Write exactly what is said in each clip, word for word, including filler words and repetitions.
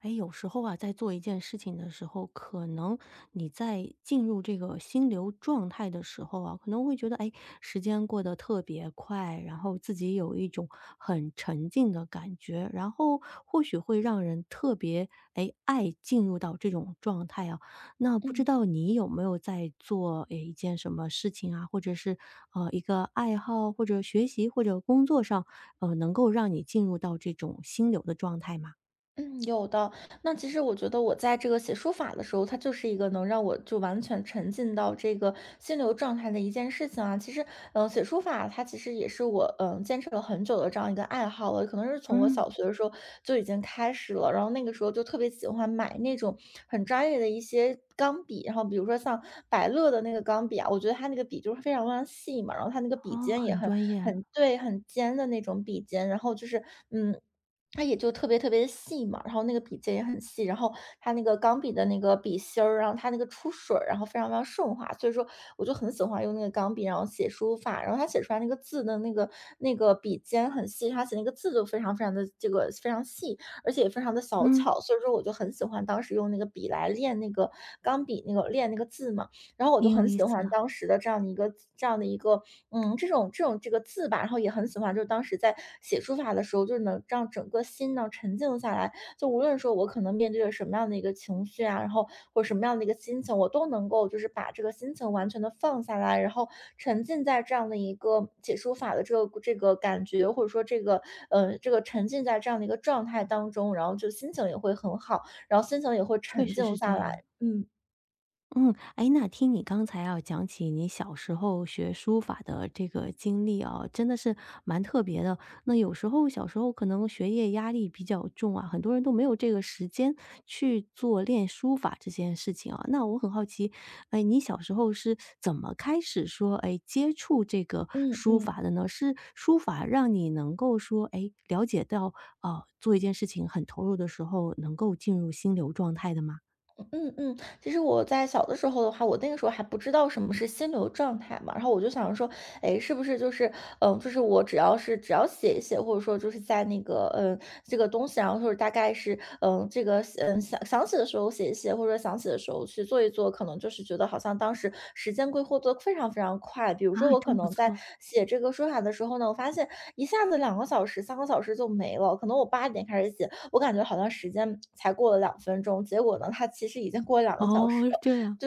哎，有时候啊，在做一件事情的时候，可能你在进入这个心流状态的时候啊，可能会觉得，哎，时间过得特别快，然后自己有一种很沉静的感觉，然后或许会让人特别哎爱进入到这种状态啊。那不知嗯道你有没有在做哎一件什么事情啊，或者是呃一个爱好，或者学习，或者工作上，呃，能够让你进入到这种心流的状态吗？嗯，有的。那其实我觉得我在这个写书法的时候，它就是一个能让我就完全沉浸到这个心流状态的一件事情啊。其实，嗯、写书法它其实也是我嗯、呃坚持了很久的这样一个爱好了，可能是从我嗯。小学的时候就已经开始了。然后那个时候就特别喜欢买那种很专业的一些。钢笔，然后比如说像百乐的那个钢笔啊，我觉得它那个笔就是非常非常细嘛，然后它那个笔哦，尖也很很专业了。很对很尖的那种笔尖，然后就是嗯它也就特别特别的细嘛，然后那个笔尖也很细，然后它那个钢笔的那个笔芯儿，然后它那个出水儿，然后非常非常顺滑，所以说我就很喜欢用那个钢笔，然后写书法，然后它写出来那个字的那个那个笔尖很细，它写那个字就非常非常的这个非常细，而且也非常的小嗯，巧，所以说我就很喜欢当时用那个笔来练那个钢笔那个练那个字嘛。然后我挺就有很意喜思欢啊。当时的这样的一个这样的一个，嗯，这种这种这个字吧，然后也很喜欢，就是当时在写书法的时候，就是能让整个心呢沉静下来。就无论说我可能面对着什么样的一个情绪啊，然后或者什么样的一个心情，我都能够就是把这个心情完全的放下来，然后沉浸在这样的一个写书法的这个这个感觉，或者说这个呃这个沉浸在这样的一个状态当中，然后就心情也会很好，然后心情也会确沉实静是这下样。来。嗯嗯，哎，那听你刚才啊讲起你小时候学书法的这个经历啊，真的是蛮特别的。那有时候小时候可能学业压力比较重啊，很多人都没有这个时间去做练书法这件事情啊。那我很好奇，哎，你小时候是怎么开始说，哎，接触这个嗯书嗯。法的呢？是书法让你能够说，哎，了解到，啊做一件事情很投入的时候，能够进入心流状态的吗？嗯嗯，其实我在小的时候的话，我那个时候还不知道什么是心流状态嘛，然后我就想着说，哎，是不是就是，嗯，就是我只要是只要写一写，或者说就是在那个，嗯，这个东西，然后或者大概是，嗯，这个，嗯，想想起的时候写一写，或者想起的时候去组去做一做，可能就是觉得好像当时时间规划得非常非常快。比如啊，说我可真不能在错。写这个说法的时候呢，我发现一下子两个小时、三个小时就没了。可能我八点开始写，我感觉好像时间才过了两分钟，结果呢，它其实已经过了两个小时。哦，是这样。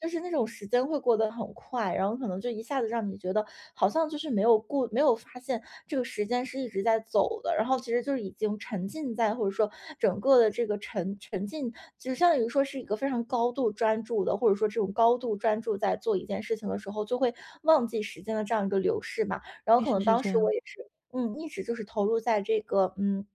就是那种时间会过得很快，然后可能就一下子让你觉得好像就是没有顾没有发现这个时间是一直在走的，然后其实就是已经沉浸在或者说整个的这个沉沉浸，就相当于说是一个非常高度专注的，或者说这种高度专注在做一件事情的时候，就会忘记时间的这样一个流逝嘛。然后确可实能是当这时样。我也是，嗯，一直就是投入在这个，嗯。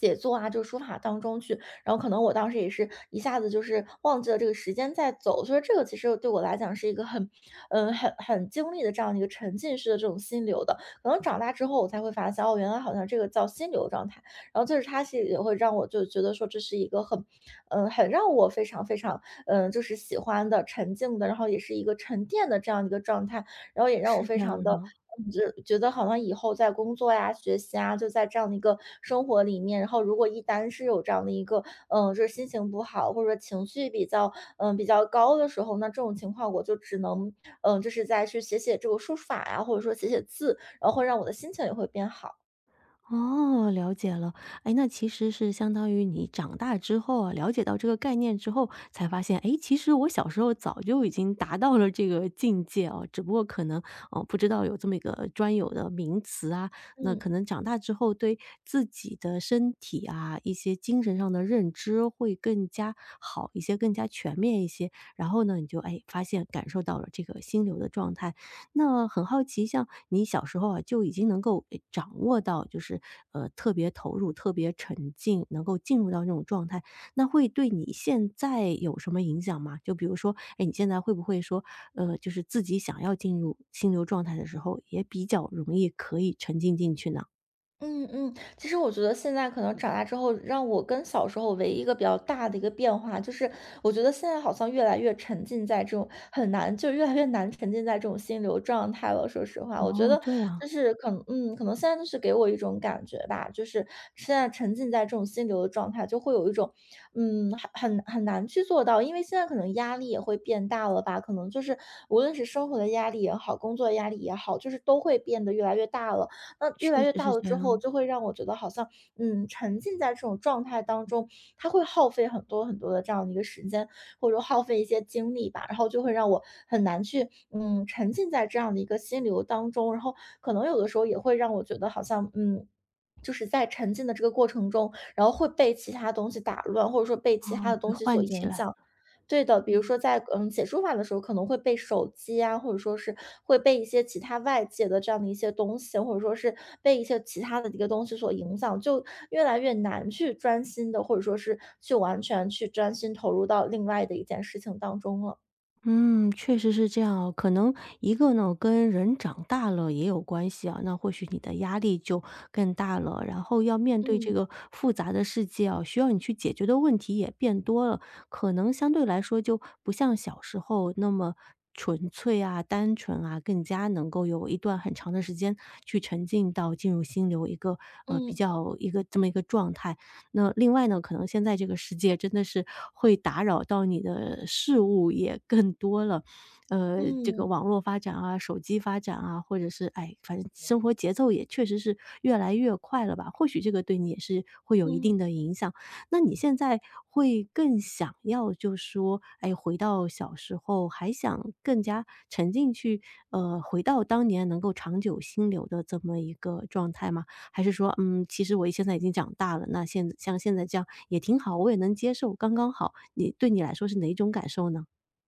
写作啊，就是书法当中去，然后可能我当时也是一下子就是忘记了这个时间在走，所以这个其实对我来讲是一个很，嗯，很很经历的这样的一个沉浸式的这种心流的。可能长大之后我才会发现，哦，原来好像这个叫心流状态。然后就是它是也会让我就觉得说这是一个很，嗯，很让我非常非常，嗯，就是喜欢的沉静的，然后也是一个沉淀的这样一个状态，然后也让我是非这样常子的的。只觉得好像以后在工作呀、学习啊，就在这样的一个生活里面，然后如果一旦是有这样的一个，嗯，就是心情不好，或者说情绪比较，嗯，比较高的时候，那这种情况我就只能，嗯，就是再去写写这个书法呀，或者说写写字，然后会让我的心情也会变好。哦，了解了。哎，那其实是相当于你长大之后啊，了解到这个概念之后，才发现，哎，其实我小时候早就已经达到了这个境界哦，只不过可能，哦不知道有这么一个专有的名词啊。那可嗯。能长大之后，对自己的身体啊，一些精神上的认知会更加好一些，更加全面一些。然后呢，你就哎发现感受到了这个心流的状态。那很好奇，像你小时候啊，就已经能够诶掌握到，就是呃特别投入、特别沉浸，能够进入到那种状态，那会对你现在有什么影响吗？就比如说，哎，你现在会不会说，呃，就是自己想要进入心流状态的时候，也比较容易可以沉浸进去呢？嗯嗯，其实我觉得现在可能长大之后，让我跟小时候唯一一个比较大的一个变化，就是我觉得现在好像越来越沉浸在这种很难，就越来越难沉浸在这种心流状态了。说实话，我觉哦，得这样。就是可能，嗯，可能现在就是给我一种感觉吧，就是现在沉浸在这种心流的状态，就会有一种，嗯，很很很难去做到，因为现在可能压力也会变大了吧，可能就是无论是生活的压力也好，工作的压力也好，就是都会变得越来越大了。那越确来越实大是了这之后，样。就会让我觉得好像，嗯，沉浸在这种状态当中，它会耗费很多很多的这样的一个时间，或者说耗费一些精力吧，然后就会让我很难去，嗯，沉浸在这样的一个心流当中，然后可能有的时候也会让我觉得好像，嗯。就是在沉浸的这个过程中，然后会被其他东西打乱，或者说被哦，其他的会东西所唤起影来。响。对的，比如嗯。说在嗯写书法的时候，可能会被手机啊，或者说是会被一些其他外界的这样的一些东西，或者说是被一些其他的一个东西所影响，就越来越难去专心的，或者说是去完全去专心投入到另外的一件事情当中了。嗯，确实是这样哦。可能一个呢，跟人长大了也有关系啊，那或许你的压力就更大了，然后要面对这嗯个复杂的世界啊，需要你去解决的问题也变多了，可能相对来说就不像小时候那么纯粹啊、单纯啊，更加能够有一段很长的时间去沉浸到进入心流一个呃比嗯较一个这么一个状态。那另外呢，可能现在这个世界真的是会打扰到你的事物也更多了，呃，这个嗯网络发展啊，手机发展啊，或者是哎，反正生活节奏也确实是越来越快了吧？或许这个对你也是会有一定嗯。的影响。那你现在会更想要就说，哎，回到小时候，还想更加沉浸去，呃，回到当年能够长久心流的这么一个状态吗？还是说，嗯，其实我现在已经长大了，那现像现在这样也挺好，我也能接受，刚刚好。你对你来说是哪一种感受呢？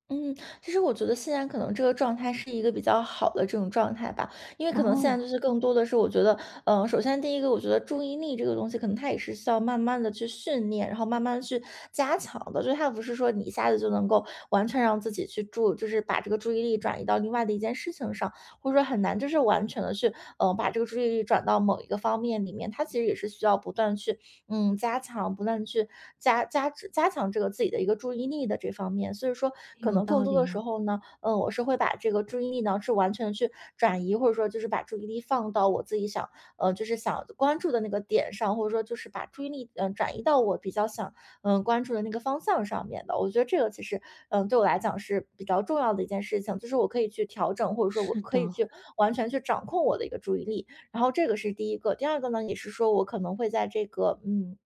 嗯，其实我觉得现在可能这个状态是一个比较好的这种状态吧，因为可能嗯现哦，在就是更多的是我觉得，嗯、首先第一个，我觉得注意力这个东西，可能它也是需要慢慢的去训练，然后慢慢地去加强的，就是它不是说你一下子就能够完全让自己去注，就是把这个注意力转移到另外的一件事情上，或者说很难就是完全的去，嗯、把这个注意力转到某一个方面里面，它其实也是需要不断去。嗯，加强不断去加加加强这个自己的一个注意力的这方面。所以说，可有能更道多的理时哦。候呢，嗯，我是会把这个注意力呢是完全去转移，或者说就是把注意力放到我自己想，呃，就是想关注的那个点上，或者说就是把注意力嗯、呃转移到我比较想嗯、呃关注的那个方向上面的。我觉得这个其实嗯、呃对我来讲是比较重要的一件事情，就是我可以去调整，或者说我是可以的。去完全去掌控我的一个注意力。然后这个是第一个，第二个呢，也是说我可能会在这个嗯。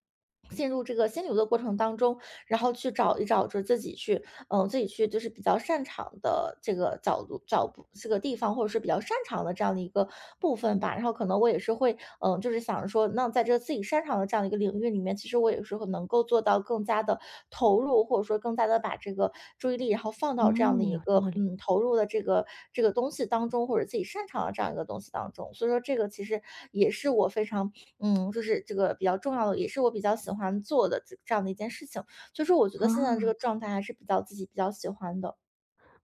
进入这个心流的过程当中，然后去找一找，就是自己去嗯，自己去就是比较擅长的这个角度找不这个地方，或者是比较擅长的这样的一个部分吧。然后可能我也是会，嗯，就是想说，那在这自己擅长的这样一个领域里面，其实我也是会能够做到更加的投入，或者说更加的把这个注意力，然后放到这样的嗯，有一个道理。嗯投入的这个这个东西当中，或者自己擅长的这样一个东西当中。所以说，这个其实也是我非常嗯，就是这个比较重要的，也是我比较喜欢做的这这样的一件事情。就是我觉得现在这个啊，状态还是比较自己比较喜欢的。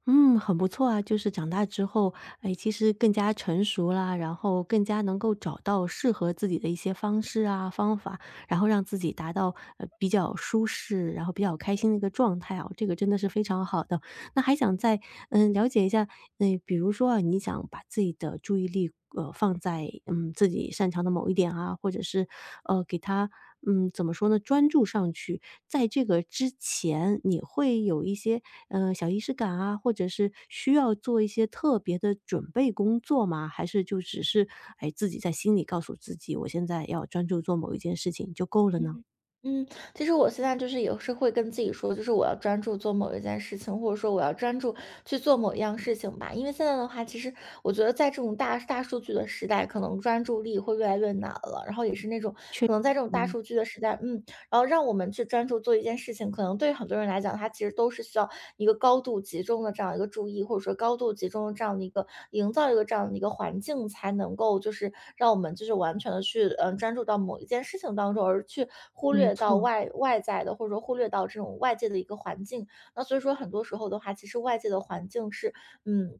嗯，很不错啊，就是长大之后，哎，其实更加成熟啦，然后更加能够找到适合自己的一些方式啊、方法，然后让自己达到呃比较舒适，然后比较开心的一个状态啊，这个真的是非常好的。那还想再嗯，了解一下，嗯，比如说啊，你想把自己的注意力呃放在嗯自己擅长的某一点啊，或者是呃给他嗯怎么说呢，专注上去。在这个之前，你会有一些呃小仪式感啊，或者是需要做一些特别的准备工作吗？还是就只是哎自己在心里告诉自己，我现在要专注做某一件事情就够了呢？嗯嗯，其实我现在就是也是会跟自己说，就是我要专注做某一件事情，或者说我要专注去做某一样事情吧。因为现在的话，其实我觉得在这种大大数据的时代，可能专注力会越来越难了。然后也是那种可能在这种大嗯，数据的时代，嗯，然后让我们去专注做一件事情，可能对很多人来讲，它其实都是需要一个高度集中的这样一个注意，或者说高度集中的这样的一个营造一个这样的一个环境，才能够就是让我们就是完全的去嗯、呃专注到某一件事情当中，而去忽没略到错。外外在的，或者说忽略到这种外界的一个环境。那所以说，很多时候的话，其实外界的环境是嗯。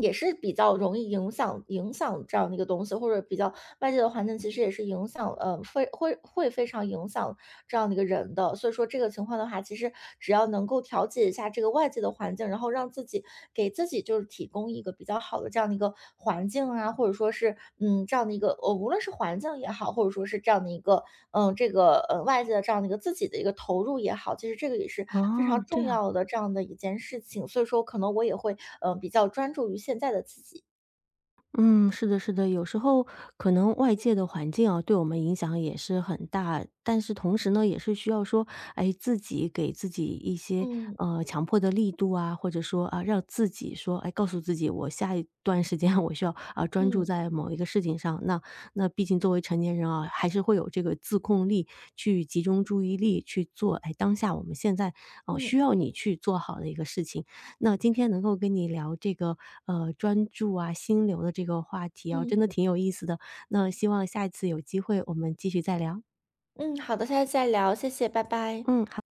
也是比较容易影响影响这样的一个东西，或者比较外界的环境其实也是影响呃，会会会非常影响这样的一个人的。所以说这个情况的话，其实只要能够调节一下这个外界的环境，然后让自己给自己就是提供一个比较好的这样的一个环境啊，或者说是嗯这样的一个呃，无论是环境也好，或者说是这样的一个嗯这个呃外界的这样的一个自己的一个投入也好，其实这个也是非哦，常这重样。要的这样的一件事情。所以说可能我也会嗯比较专注于现在的自己。嗯，是的，是的，有时候可能外界的环境啊，对我们影响也是很大，但是同时呢，也是需要说，哎，自己给自己一些嗯呃强迫的力度啊，或者说啊，让自己说，哎，告诉自己，我下一段时间我需要啊专注嗯在某一个事情上。那那毕竟作为成年人啊，还是会有这个自控力，去集中注意力去做，哎，当下我们现在哦、需要嗯你去做好的一个事情。那今天能够跟你聊这个，呃，专注啊、心流的这个话题啊，真嗯。的挺有意思的。那希望下一次有机会我们继续再聊。嗯，好的，下次再聊，谢谢，拜拜。嗯，好。